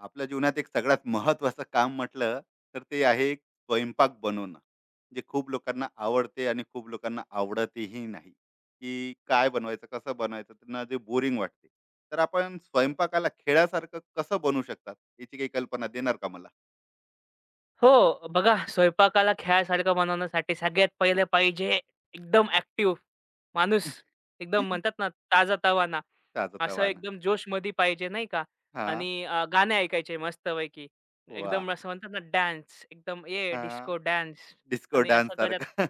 आपल्या जीवनात एक सगळ्यात महत्वाचं काम म्हटलं तर ते आहे एक स्वयंपाक बनवणं. जे खूप लोकांना आवडते आणि खूप लोकांना आवडतही नाही, की काय बनवायचं, कसं बनवायचं, त्यांना जे बोरिंग वाटते. तर आपण स्वयंपाकाला खेळासारखं कसं बनवू शकतात, याची काही कल्पना देणार का मला? हो, बघा स्वयंपाकाला खेळासारखं बनवण्यासाठी सगळ्यात पहिले पाहिजे एकदम ॲक्टिव्ह माणूस. एकदम म्हणतात ना ताजातवाना. ताजं. असं एकदम जोशमध्ये पाहिजे नाही का? हा. आणि गाणे ऐकायचे मस्तपैकी. वा. एकदम असं म्हणतात ना डान्स एकदम ये हा. डिस्को डान्स डिस्को आणि डान्स असं करत सारखा.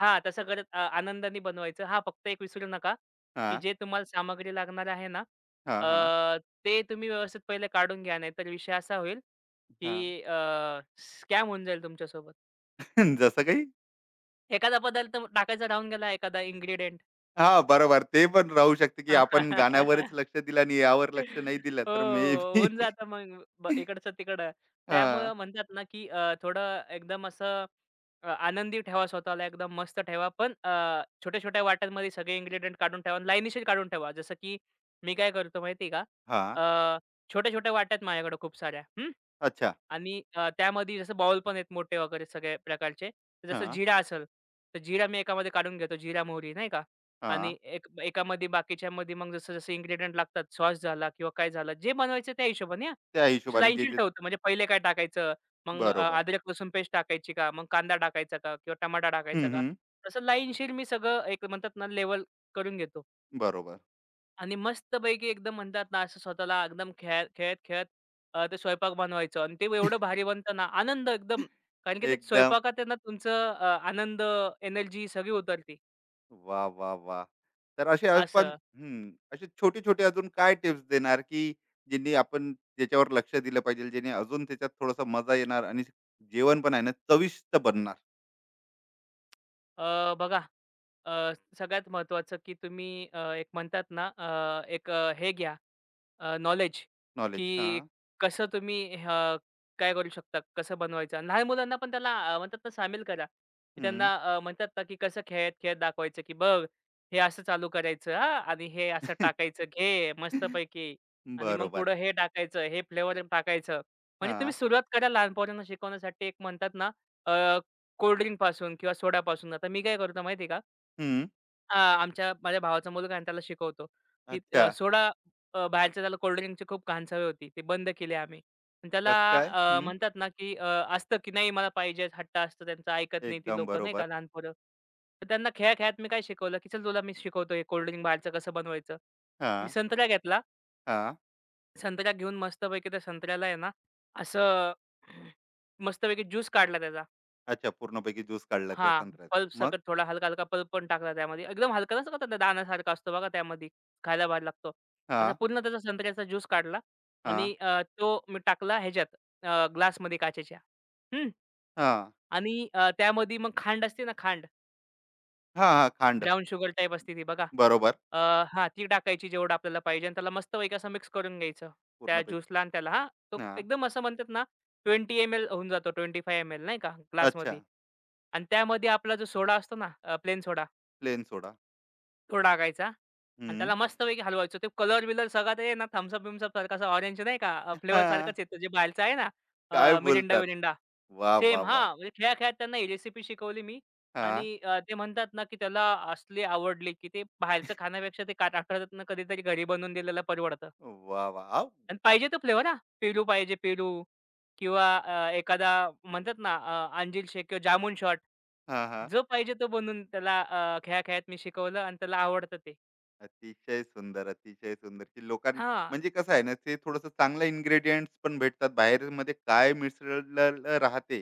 हां, तसं करत आनंदाने बनवायचं. हां, फक्त एक विसरू नका, हा. की जे तुम्हाला सामग्री लागणार आहे ना, हा. हा. अ, ते तुम्ही व्यवस्थित पहिले काढून घ्या. नाहीतर विषय असा होईल की हा. स्कॅम होऊन जाईल तुमच्यासोबत. जसं काही. एखादा पदार्थ टाकायचा राहून गेला, एखादा इन्ग्रीडियंट. हां, बरोबर. ते पण राहू शकते, की आपण गाण्यावरच लक्ष दिलं आणि यावर लक्ष नाही दिलं, हो, तर मे बी. होऊन जातं मग ब इकडचं तिकडं. हां, त्यामुळं म्हणतात ना, की थोडं एकदम असं आनंदी ठेवा स्वतःला, एकदम मस्त ठेवा. पण छोट्या-छोट्या वाट्यांमध्ये सगळे इन्ग्रीडियंट काढून ठेवा आणि काढून ठेवा. जसं की मी काय करतो माहिती का? हां. अ, छोट्या-छोट्या वाट्या माझ्याकडे खूप साऱ्या. अच्छा. आणि त्यामध्ये जसं बाउल पण आहेत मोठे वगैरे सगळ्या प्रकारचे. तर जसं हां, जीरा असेल, तर जीरा मी एकामध्ये काढून घेतो, जीरा मोहरी नाही का? हां. आणि एक एकामध्ये बाकीच्यामध्ये मग जसं-जसं इन्ग्रीडियंट लागतात, सॉस झाला किंवा काय झालं, जे बनवायचं त्या हिशोबाने हां. त्या असं हिशोबाने जे, लाईनशीर जे ठेवतो म्हणजे पहिले काय टाकायचं, मग बरोबर. अद्रक लसूण पेस्ट टाकायची का? मग कांदा टाकायचा का? किंवा टमाटा हं, टाकायचा का? हं. तसं लाईनशीर मी सगळं एक म्हणतात ना लेवल करून घेतो. बरोबर. आणि मस्तपैकी एकदम म्हणतात ना, असं स्वतःला एकदम खेळ खेळत-खेळत ते स्वयंपाक बनवायचं आणि ते एवढं भारी बनतं ना, आनंद एकदम. कारण की ते एकदम. स्वयंपाकात आहे ना तुमचं आनंद, एनर्जी सगळी उतरते. वाह, वाह, वाह! तर असे आपण असं. हं, असे छोटे-छोटे अजून काय टिप्स देणार, की ज्यांनी आपण ज्याच्यावर लक्ष दिलं पाहिजे, ज्याने अजून त्याच्यात थोडासा मजा येणार आणि जेवण पण आहे ना, चविष्ट बनणार. बघा अ, सगळ्यात महत्त्वाचं की तुम्ही एक म्हणतात ना एक हे घ्या नॉलेज नॉलेज? की हां, कसं तुम्ही काय करू शकता, कसं बनवायचं आणि लहान मुलांना पण त्याला म्हणतात ना सामील करा, की हं. त्यांना म्हणतात ना की कसं खेळत, खेळत दाखवायचं की "बघ, हे असं चालू करायचं हां आणि हे असं टाकायचं, घे मस्तपैकी आणि मग बरोबर. पुढं हे टाकायचं, हे फ्लेवर टाकायचं." म्हणजे हां. तुम्ही सुरुवात करा लहान शिकवण्यासाठी एक म्हणतात ना अ, कोल्ड ड्रिंकपासून किंवा सोडापासून. आता मी काय करतो माहिती आहे का? आमच्या माझ्या भावाचा मुलगा आहे आणि त्याला शिकवतो, की अच्छा. सोडा बाहेरच्या त्याला कोल्ड ड्रिंकची खूप घाण सवय होती. ते बंद केले आम्ही. पण त्याला कसं काय? हं. म्हणतात ना, की असतं की नाही मला पाहिजे हट्ट असतो त्यांचा ऐकत नाही ती एकदम लोकं नाही बरोबर. का लहान पोरं. तर त्यांना खेळा-खेळात मी काय शिकवलं, की चल तुला मी शिकवतो हे कोल्ड ड्रिंक बाहेरचं कसं बनवायचं. मी हां, संत्रा घेतला. हां. संत्रा घेऊन मस्तपैकी त्या संत्र्याला आहे ना, असं मस्तपैकी ज्यूस काढला त्याचा. अच्छा, पूर्णपैकी ज्यूस काढला त्या हां, संत्र्याचा. पल्प मग? सकट थोडा हलका-हलका पल्प पण टाकला त्यामध्ये. एकदम हलका नसतो का तो दाण्यासारखा असतो बघा त्यामध्ये, खायला भारी लागतो. असा हां, पूर्ण त्याचा संत्र्याचा ज्यूस काढला हां, आणि तो मी टाकला ह्याच्यात ग्लासमध्ये काचेच्या. हं. हां. आणि त्यामध्ये मग खांड असते ना खांड, हां, हां. खांड. ब्राउन शुगर टाईप असते ती बघा. बरोबर. अ, हां, ती टाकायची जेवढं आपल्याला पाहिजे आणि त्याला मस्तपैकी असं मिक्स करून घ्यायचं. त्या पूर्णपैकी. ज्यूसला आणि त्याला हां, तो हां. एकदम असं म्हणतात ना 20 ml एम-एल होऊन जातो, 25 ml एम-एल नाही का अच्छा. ग्लासमध्ये. आणि त्यामध्ये आपला जो सोडा असतो ना प्लेन सोडा प्लेन सोडा. तो टाकायचा आणि हं. त्याला मस्तपैकी हलवायचं. ते कलर-बिलर सगळा ते ना थम्सअप बिम्सअप सारखा असा ऑरेंज नाही का फ्लेवर हां. सारखाच येतो जे बाहेरचा आहे ना काय बोलतात? मिरिंडा-विरिंडा. वाह, वाह, सेम वाह! हां, म्हणजे खेळा-खेळात त्यांना ही रेसिपी शिकवली मी हां. आणि ते म्हणतात ना, की त्याला असले आवडले, की ते बाहेरचं खाण्यापेक्षा ते काट आठवड्यातनं कधीतरी घरी बनवून दिलेलं परवडतं वाह, वाह! आव. आणि पाहिजे तो फ्लेवर हां. पेरू पाहिजे पेरू किंवा एखादा म्हणतात ना अंजीर शेक किंवा जामून शॉट. हां, हां. जो पाहिजे तो बनवून त्याला खेळा-खेळात मी शिकवलं आणि त्याला आवडतं ते. अतिशय सुंदर, अतिशय सुंदर. की लोकां, हां. म्हणजे कसं आहे ना, ते थोडंसं चांगलं इन्ग्रीडियंट्स पण भेटतात. बाहेरमध्ये काय मिसळलेलं राहते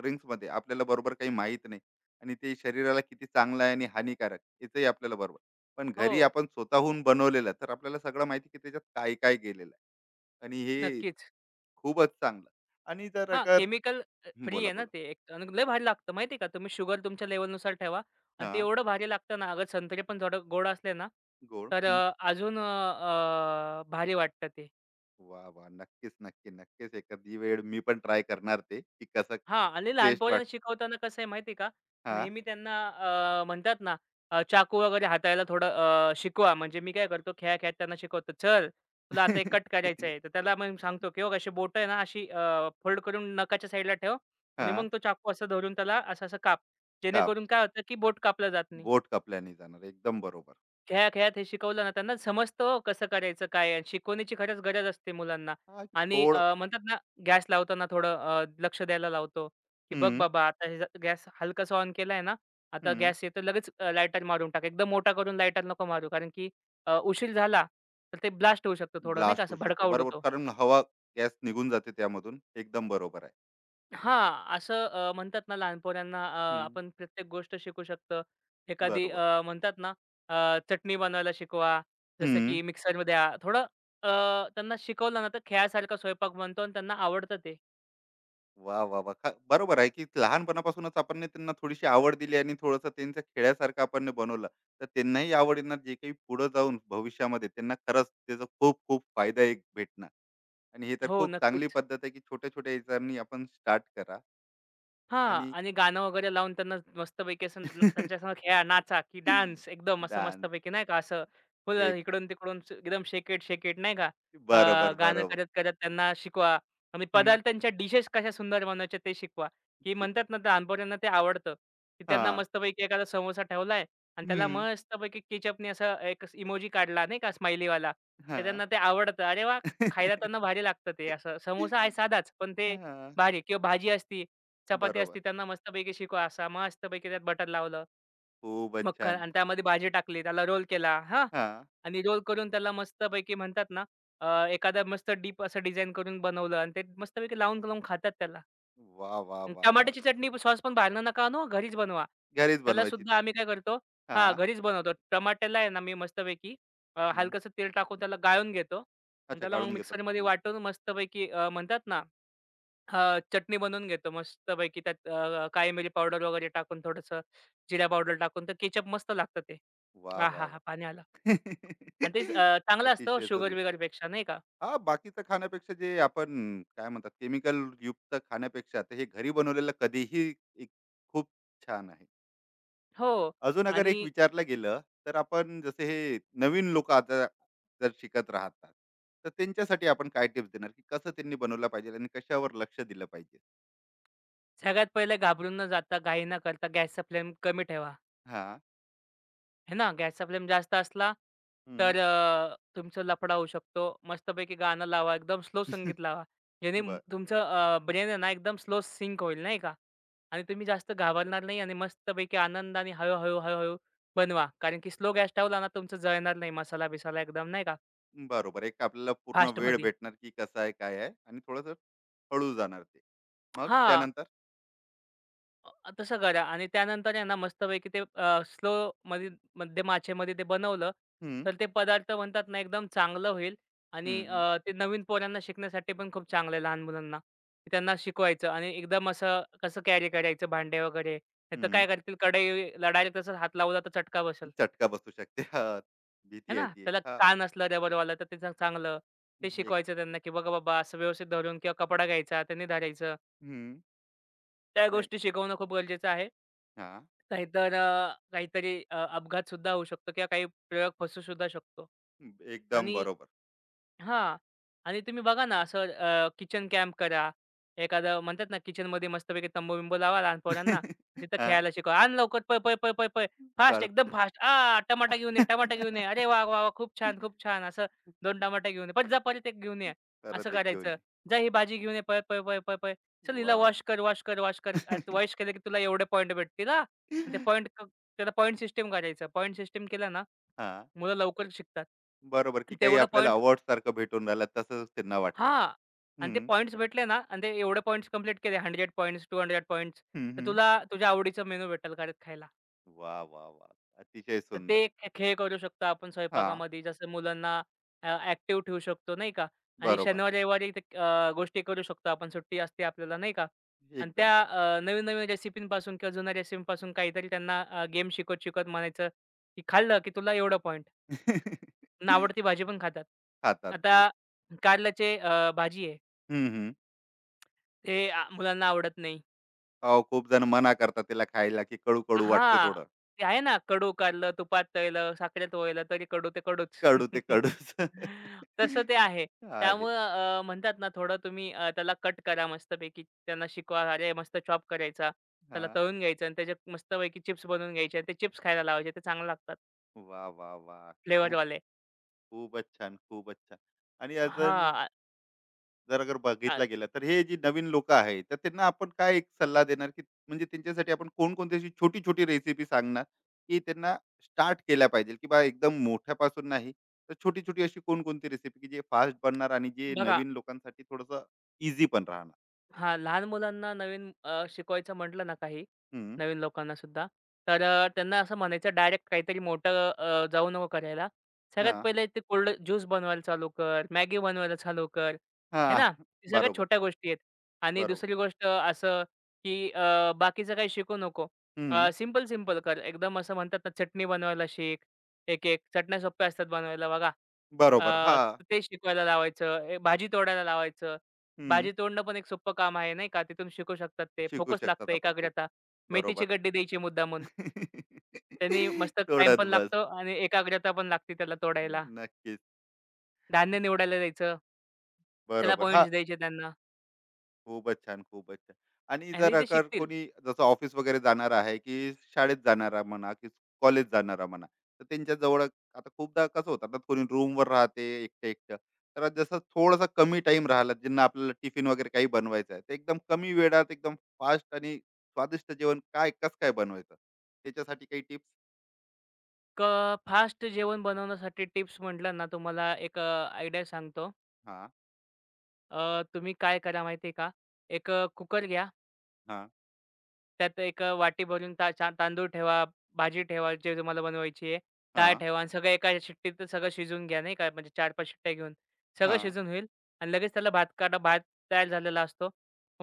ड्रिंक्स मध्ये आपल्याला बरोबर काही माहित नाही आणि ते शरीराला किती चांगलं आहे आणि हानिकारक याचंही आपल्याला बरोबर. पण हो, घरी आपण स्वतःहून बनवलेलं तर आपल्याला सगळं माहिती, की त्याच्यात काय काय गेलेलं आहे आणि हे नक्कीच. खूपच चांगलं. आणि जर हां, अगर केमिकल हं, फ्री बोला आहे ना बोला. ते एक आणि लय भारी लागतं माहिती आहे का? तुम्ही शुगर तुमच्या लेव्हलनुसार ठेवा आणि हा, ते एवढं भारी लागतं ना, अगर संत्रे पण थोडं गोड असले ना, गोड तर हं. अजून अ, अ, भारी वाटतं ते. वा वा, नक्कीच नक्की नक्कीच एखादी वेळ मी पण ट्राय करणार ते, की कसं हां आणि लहान टेस्ट पोरांना वाटत. शिकवताना कसं आहे माहिती आहे का? हा. नेहमी त्यांना म्हणतात ना चाकू वगैरे हाताळायला थोडं शिकवा. म्हणजे मी काय करतो खेळा-खेळात त्यांना शिकवतो, "चल, तुला आता एक कट करायचा आहे." तर त्याला मग सांगतो, की "बघ अशी बोट आहे ना अशी फोल्ड करून नखाच्या साईडला ठेव हा. आणि मग तो चाकू असं धरून त्याला असं-असं काप." काप. जेणेकरून काय होतं, की बोट कापलं जात नाही. बोट कापल्याने जाणार एकदम बरोबर. खेळा-खेळात हे शिकवलं ना, त्यांना समजतं हो कसं करायचं काय आहे. शिकवणीची खरंच गरज असते मुलांना हा, की आणि थोडं. म्हणतात ना, गॅस लावताना थोडं लक्ष द्यायला लावतो, की "बघ हम्म. बाबा आता हे गॅस हलकासा ऑन केलाय ना, आता हम्म. गॅस येतो लगेच लायटर मारून टाक. एकदम मोठा करून लायटर नको मारू कारण की उशीर झाला तर ते ब्लास्ट होऊ शकतं थोडं नाही का, ब्लास्ट होऊ असं शकतो. भडका बरोबर, उडवतो." कारण हवा, गॅस निघून जाते त्यामधून. एकदम बरोबर आहे. हां, असं म्हणतात ना लहान पोरांना हं, आपण प्रत्येक गोष्ट शिकू शकतो. एखादी बरोबर. म्हणतात ना चटणी बनवायला शिकवा. जसं हं. की मिक्सर द्या. थोडं अ, त्यांना शिकवलं ना, तर खेळासारखा स्वयंपाक बनतो आणि त्यांना आवडतं ते. वाह, वाह, वाह! ख बरोबर आहे, की लहानपणापासूनच आपण ना त्यांना थोडीशी आवड दिली आणि थोडंसं त्यांचं खेळासारखं आपण ने बनवलं, तर त्यांनाही आवडीनं जे काही पुढे जाऊन भविष्यामध्ये त्यांना खरंच त्याचा खूप-खूप फायदा एक भेटणार. आणि हे तर हो, खूप चांगली नक्कीच. पद्धत आहे, की छोट्या-छोट्या याच्यानी आपण स्टार्ट करा. हां. आणि आणि गाणं वगैरे लावून त्यांना मस्तपैकी असं न त्यांच्यासंग खेळा, नाचा की डान्स एकदम असं डान्स मस्तपैकी नाही का असं फुल एक. इकडून-तिकडून स एकदम शेक इट, नाही का. अ, बरोबर, गाणं बरोबर. करत-करत त्यांना शिकवा आणि हं, पदार्थांच्या डिशेस कशा सुंदर बनवायच्या ते शिकवा, की शिकवा. म्हणतात ना लहानपोरांना ते आवडतं, की त्यांना हां. मस्तपैकी एखादा समोसा ठेवलाय आणि त्याला हं, मस्तपैकी केचअपनी असं एक इमोजी काढला नाही का स्माइलीवाला. तर हां. त्यांना ते आवडतं. अरे वाह! खायला त्यांना भारी लागतं ते असं. समोसा आहे साधाच, पण ते हां, भारी किंवा भाजी असती चपाती बरोबर. असती त्यांना मस्तपैकी शिकवा असा मस्तपैकी त्यात बटर लावलं, खूपच मक्खन छान. आणि त्यामध्ये भाजी टाकली, त्याला रोल केला हां. हां. आणि रोल करून त्याला मस्तपैकी म्हणतात ना, एखादा मस्त डीप असं डिझाइन करून बनवलं आणि ते मस्तपैकी लावून-लावून खातात त्याला. वाह, वाह, अन वाह, वाह! टमाट्याची चटणी सॉस पण बाहेरनं नका आणू घरीच बनवा. घरीच त्याला बनवायची ती. सुद्धा आम्ही काय करतो हां, हां. घरीच बनवतो. टमाट्याला आहे ना, मी मस्तपैकी हं. हलकसं तेल टाकून त्याला गाळून घेतो आणि अच्छा, त्याला मग गाळून घेतात मिक्सरमध्ये पूर्ण. वाटून मस्तपैकी म्हणतात ना हां, चटणी बनवून घेतो मस्तपैकी त्यात काळी मिरी पावडर वगैरे टाकून, थोडंसं जिरा पावडर टाकून, तर केचप मस्त लागतं ते. वाह, वाह, आहाहा! पाणी आलं वाह! आणि ते चांगलं असतं हो अतिशय सुंदर. शुगर-बिगरपेक्षा नाही का. हां, बाकीचं खाण्यापेक्षा जे आपण काय म्हणतात केमिकलयुक्त खाण्यापेक्षा ते हे घरी बनवलेलं कधीही एक खूप छान आहे. हो अजून अगर आणि एक विचारलं गेलं तर आपण जसे हे नवीन लोक आता जर शिकत राहतात तर त्यांच्यासाठी आपण काय टिप्स देणार, की कसं त्यांनी बनवलं पाहिजे आणि कशावर लक्ष दिलं पाहिजे. सगळ्यात पहिले घाबरून न जाता, घाई न करता गॅसचा फ्लेम कमी ठेवा. हा. हे ना, गॅसचा फ्लेम जास्त असला, हम्म. तर तुमचा लफडा होऊ शकतो. मस्तपैकी गाणं लावा, एकदम स्लो संगीत लावा. ज्याने बर. तुमचं ब्रेन आहे ना, एकदम स्लो सिंक होईल, नाही का? आणि तुम्ही जास्त घाबरणार नाही आणि मस्तपैकी आनंदाने हळू-हळू, हळूहळू बनवा. कारण की स्लो गॅस ठेवला ना, तुमचं जळणार नाही मसाला-बिसाला एकदम, नाही का, बरोबर एक आपल्याला पूर्ण वेळ फास्टमध्ये. भेटणार, की कसं आहे काय आहे आणि थोडस हळू जाणार ते, मग हां. त्यानंतर तसं करा आणि त्यानंतर आहे ना मस्तपैकी ते स्लो मध्ये मध्ये माचेमध्ये ते बनवलं, हम्म, तर ते पदार्थ म्हणतात ना एकदम चांगलं होईल आणि हम्म, हम्म, ते नवीन पोरांना शिकण्यासाठी पण खूप चांगलं आहे लहान मुलांना. त्यांना शिकवायचं आणि एकदम असं कसं कॅरी करायचं भांडे वगैरे. नाहीतर हम्म, काय करतील कढईला डायरेक्ट तसंच हात लावला तर चटका बसेल, चटका बसू शकते. हा, है भीती आहे ना? ती एक. त्याला हा. कान असलं रबरवाला तर त्याचं चांगलं. ते एक. शिकवायचं त्यांना, की "बघा बाबा असं व्यवस्थित धरून किंवा कपडा घ्यायचा, त्यांनी धरायचं." हम्म, त्या नाही. गोष्टी शिकवणं खूप गरजेचं आहे. हा. नाहीतर काहीतरी अपघातसुद्धा होऊ शकतो किंवा काही प्रयोग फसू सुद्धा शकतो. एकदम आणि बरोबर. हां. आणि तुम्ही बघा ना असं किचन कॅम्प करा. एखादं म्हणतात ना किचनमध्ये मस्तपैकी तंबू-बिंबू लावा लहान पोरांना. तिथं हा. खेळायला शिकवा. "आण लवकर पळ, पळ, पळ, पळ, पळ. फास्ट कळलं. एकदम फास्ट. आ, टमाटा घेऊन ये, टमाटा घेऊन ये. अरे वाह, वाह, वाह! खूप छान, खूप छान." असं 2 टमाटे घेऊन ये. "परत जा, परत एक घेऊन ये." असं परत एक घेऊन करायचं. ये. "जा ही भाजी घेऊन ये. पळ, पळ, पळ, पळ, पळ. चल हिला वाह! वॉश कर, वॉश कर, वॉश कर. वॉश केलं की तुला एवढे पॉइंट भेटतील हां." हां, आणि ते पॉइंट त्याला पॉइंट सिस्टम करायचं. पॉइंट सिस्टम केलं ना मुलं लवकर शिकतात. बरोबर, की आणि काही तेवढं आपल्याला पॉइंट अवॉर्ड सारखं भेटून राहिलं तसंच त्यांना वाटते. हां. आणि ते हं, पॉइंट्स भेटले ना आणि ते एवढे पॉइंट्स कंप्लीट केले 100 पॉइंट्स, 200 पॉइंट्स हं, तर हं. तुला तुझ्या आवडीचं मेनू भेटेल घरात खायला. वाह, वाह, वाह! अतिशय तर ते सुंदर. एक खेळ करू शकतो आपण हां, स्वयंपाकामध्ये. जसं मुलांना ॲक्टिव्ह ठेवू शकतो नाही का? आणि बरोबर. शनिवार-रविवारी ते गोष्टी करू शकतो आपण. सुट्टी असते आपल्याला नाही का? आणि एकदम. त्या नवीन-नवीन रेसिपींपासून किंवा जुन्या रेसिपींपासून काहीतरी त्यांना गेम शिकवत-शिकवत म्हणायचं, की खाल्लं की तुला एवढं पॉइंट आवडती भाजी पण खातात. खातात आता बेक. कारल्याचे भाजी आहे. हं, हं. ते मुलांना आवडत नाही. अहो, खूप जण मना करतात त्याला खायला, की कडू-कडू वाटते हां. थोडं. ते आहे ना कडू काढलं, तुपात तळलं, साखरेत वळलं तरी कडू ते कडूच. कडू ते कडूच. तसं ते आहे. आहे. त्यामुळं म्हणतात ना थोडं तुम्ही त्याला कट करा मस्तपैकी. त्यांना शिकवा, अरे मस्त चॉप करायचा. त्याला हां. तळून घ्यायचं आणि त्याचे मस्तपैकी चिप्स बनवून घ्यायचे आणि ते चिप्स खायला लावायचे. ते चांगले लागतात वाह, वाह, वाह! खूप, फ्लेवरवाले. खूपच छान, खूपच छान. आणि अजून हां. आ, जर अगर आ, बघितला गेला तर हे जी नवीन लोक आहेत, तर त्यांना आपण काय एक सल्ला देणार, की म्हणजे त्यांच्यासाठी आपण कोणकोणती अशी छोटी छोटी रेसिपी सांगणार, की त्यांना स्टार्ट केल्या पाहिजे, की बा एकदम मोठ्यापासून नाही, तर छोटी छोटी अशी कोणकोणती रेसिपी, की जे फास्ट बनणार आणि जे बघा नवीन लोकांसाठी थोडस इझी पण राहणार. हां, लहान मुलांना नवीन शिकवायचं म्हटलं ना काही, हम्म, नवीन लोकांना सुद्धा, तर त्यांना असं म्हणायचं डायरेक्ट काहीतरी मोठं जाऊ नको करायला. सगळ्यात हा. पहिले ते कोल्ड ज्यूस बनवायला चालू कर, मॅगी बनवायला चालू कर, हा. है ना? ते सगळ्यात बरोबर. छोट्या गोष्टी आहेत. आणि बरोबर. दुसरी गोष्ट असं, की बाकीचं काही शिकू नको. हम्म, सिंपल, सिंपल कर. एकदम असं म्हणतात ना, चटणी बनवायला शिक, एक-एक. चटण्या सोप्या असतात बनवायला बघा. बरोबर. अ, हा. ते शिकवायला लावायचं, ए, भाजी तोडायला लावायचं. हम्म, भाजी तोडणं पण एक सोपं काम आहे, नाही का. तिथून शिकू शकतात ते. शिकू फोकस शकतात लागतं, आपण खूप. एकाग्रता. मेथीची बरोबर. गड्डी द्यायची मुद्दामून. त्यानी मस्त टाईम तोडत पण बस. लागतो आणि एकाग्रता पण लागते त्याला तोडायला. नक्कीच. धान्य निवडायला द्यायचं. त्याला बरोबर. हा. पॉइंट्स द्यायचे त्यांना. खूपच छान, खूपच छान. आणि जर ह्याने ते अगर शिकतील. कोणी जसं ऑफिस वगैरे जाणार आहे, की शाळेत जाणारा म्हणा, की कॉलेज जाणारा म्हणा, तर त्यांच्या जवळ आता खूपदा कसं होतं ना, कोणी रूमवर राहते एकटं-एकटं. तर जसं थोडासा कमी टाईम राहिला, ज्यांना आपल्याला टिफिन वगैरे काही बनवायचं आहे, तर एकदम कमी वेळात एकदम फास्ट आणि स्वादिष्ट जेवण काय कसं काय बनवायचं? त्याच्यासाठी काही टिप्स? क फास्ट जेवण बनवण्यासाठी टिप्स म्हटलं ना, तुम्हाला एक आयडिया सांगतो. हां, तुम्ही काय करा माहिती आहे का? एक कुकर घ्या. हां, त्यात एक वाटी भरून छान तांदूळ ठेवा, भाजी ठेवा, जे तुम्हाला बनवायची आहे. डाळ हां, ठेवा आणि सगळं एका शिट्टीत सगळं शिजवून घ्या, नाही का. म्हणजे 4-5 शिट्ट्या घेऊन सगळं हां. शिजून होईल आणि लगेच त्याला भात काढा. भात तयार झालेला असतो.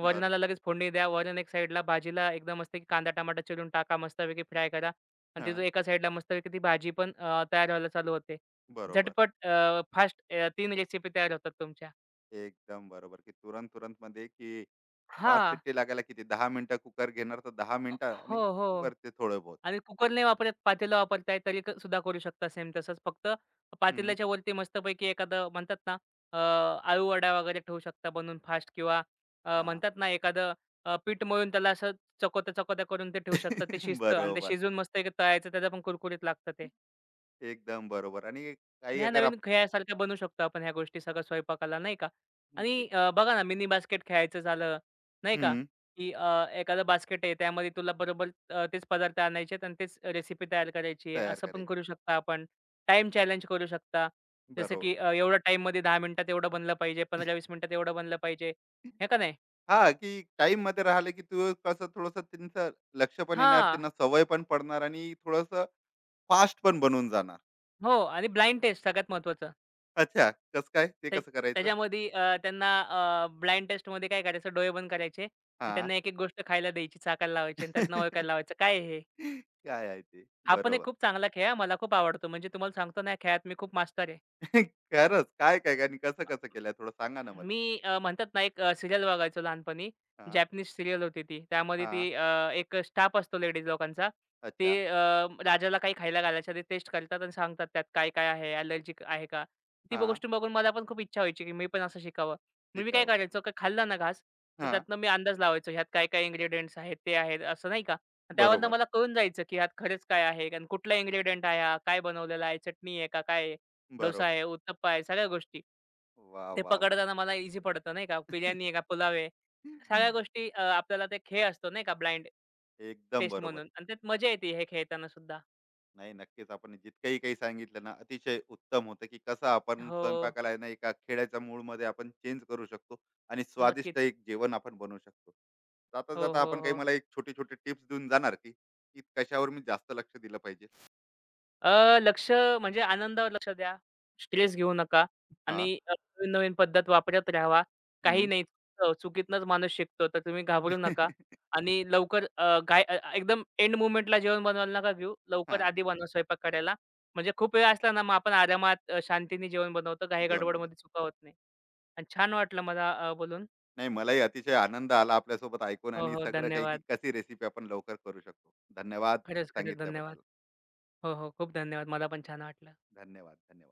वरणाला बरोबर. लगेच फोडणी द्या. वरण एक साईडला, भाजीला एकदम मस्तपैकी कांदा, टमाटा चिरून टाका. मस्तपैकी फ्राय करा आणि तिथून हां, एका साईडला मस्तपैकी ती भाजी पण तयार व्हायला चालू होते. बरोबर. झटपट फास्ट रेसिपी तयार होतात तुमच्या. एकदम बरोबर, की तुरंत-तुरंतमध्ये की 5 हां. सिट्टी लागायला किती 10 मिनिटं कुकर घेणार तर 10 मिनिटं हो, आणि हो. वरती थोडं बहुत. आणि कुकर नाही वापरत, पातेलं वापरताय तरी सुद्धा करू शकता सेम तसंच. फक्त हं. पातेल्याच्या वरती मस्तपैकी एखादं म्हणतात ना, अ, आळू वडा वगैरे ठेवू शकता बनवून फास्ट किंवा हां. म्हणतात ना, एखादं पीठ मळून त्याला असं चकोत्या-चकोत्या करून ते ठेवू शकता. ते शिजतं आणि ते बरोबर. शिजून मस्त एक तळायचं त्याचं पण कुरकुरीत लागतं ते. एकदम बरोबर. आणि आणि काही ह्या अगर आप नवीन खेळासारख्या बनवू शकतो आपण ह्या गोष्टी सगळ्या स्वयंपाकाला नाही का? एक आणि बघा ना मिनी बास्केट खेळायचं झालं नाही का? हं. की एखादं बास्केट आहे त्यामध्ये तुला बरोबर तेच पदार्थ आणायचे आहेत आणि तेच रेसिपी तयार करायची आहे. तयार असं पण करायची. करू शकता आपण. टाईम चॅलेंज करू शकता. जसं बरोबर. की एवढ्या टाईममध्ये 10 मिनिटात एवढं बनलं पाहिजे, 15-20 मिनिटात एवढं बनलं पाहिजे. हे का नाही? हां, की टाईममध्ये राहिलं की तू कसं थोडंसं त्यांचं लक्ष पण येणार, हां. त्यांना सवय पण पडणार आणि थोडंसं फास्ट पण बनून जाणार. हो आणि ब्लाइंड टेस्ट सगळ्यात महत्त्वाचं. अच्छा, कसं काय? ते त्या कसं करायचं? त्याच्यामध्ये त्यांना ब्लाइंड टेस्टमध्ये काय करायचं डोळे बंद करायचे आणि हां. त्यांना एक-एक गोष्ट खायला द्यायची, चाखायला लावायची आणि त्यांना ओळखायला लावायचं काय आहे हे? काय आहे ते? हा पण एक बरोबर. खूप चांगला खेळ आहे. मला खूप आवडतो. म्हणजे तुम्हाला सांगतो ना, या खेळात मी खूप मास्टर आहे. खरंच काय, काय आणि कसं-कसं केलंय थोडं सांगा ना मला? मी म्हणतात ना, एक सीरियल बघायचो लहानपणी. हां. जॅपनीज सीरियल होती ती. त्यामध्ये हां. ती एक स्टाफ असतो लेडीज लोकांचा. ते अच्छा. राजाला काही खायला घालायच्या आधी टेस्ट करतात आणि सांगतात त्यात काय-काय आहे, ॲलर्जी आहे का? ती हां. गोष्ट बघून मला पण खूप इच्छा व्हायची, की मी पण असं शिकावं. मग मी काय शिकावं. करायचो, का खाल्ला ना घास, तर हां. त्यातनं मी अंदाज लावायचो, ह्यात काय-काय इन्ग्रीडियंट्स आहेत, ते आहेत, असं नाही का? आणि त्यावरनं बरोबर, मला कळून जायचं, की ह्यात खरंच काय आहे आणि कुठला इन्ग्रीडियंट आहे हा? काय बनवलेला आहे? चटणी आहे का काय आहे? डोसा बरोबर. आहे, उत्तप्पा आहे, सगळ्या गोष्टी. वाह! ते वाह! वाह! पकडताना मला ईझी पडतं नाही का. बिर्याणी आहे का पुलाव आहे. सगळ्या गोष्टी आपल्याला ते खेळ असतो नाही का ब्लाइंड एकदम टेस्ट बरोबर म्हणून आहे. आणि त्यात मजा येते हे खेळताना सुद्धा. नाही, नक्कीच आपण जितकंही काही सांगितलं ना, अतिशय उत्तम होतं, की कसं आपण हो, स्वयंपाकाला आहे ना, एका खेळाच्या मूडमध्ये आपण चेंज करू शकतो आणि स्वादिष्ट नक्कीच. एक जेवण आपण बनवू शकतो. हो, जाता-जाता हो, आपण काही हो. मला एक छोटे-छोटे टिप्स देऊन जाणार, की की कशावर मी जास्त लक्ष दिलं पाहिजे? लक्ष म्हणजे आनंदावर लक्ष द्या. स्ट्रेस घेऊ नका हां. आणि नवीन-नवीन पद्धत वापरत राहावा. काही हं. नाही चुकीतनंच माणूस शिकतो, तर तुम्ही हां. घाबरू नका आणि लवकर अ, काय अ, अ, एकदम एंड मोमेंटला जेवण बनवायला नका घेऊ. लवकर आधी बनवा स्वयंपाक करायला. म्हणजे खूप वेळ असला ना, मग आपण आरामात शांतीने जेवण बनवतो. घाई जेवण बनवतो. गडबडमध्ये चुका होत नाही आणि छान वाटलं मला बोलून. नाही, मलाही अतिशय आनंद आला आपल्यासोबत ऐकून हो, आणि हो. सगळं काही, की धन्यवाद. कशी रेसिपी आपण लवकर करू शकतो. धन्यवाद. खरंच, खरंच धन्यवाद. सांगितल्याबद्दल हो, हो. खूप धन्यवाद. मला पण छान वाटलं. धन्यवाद. धन्यवाद.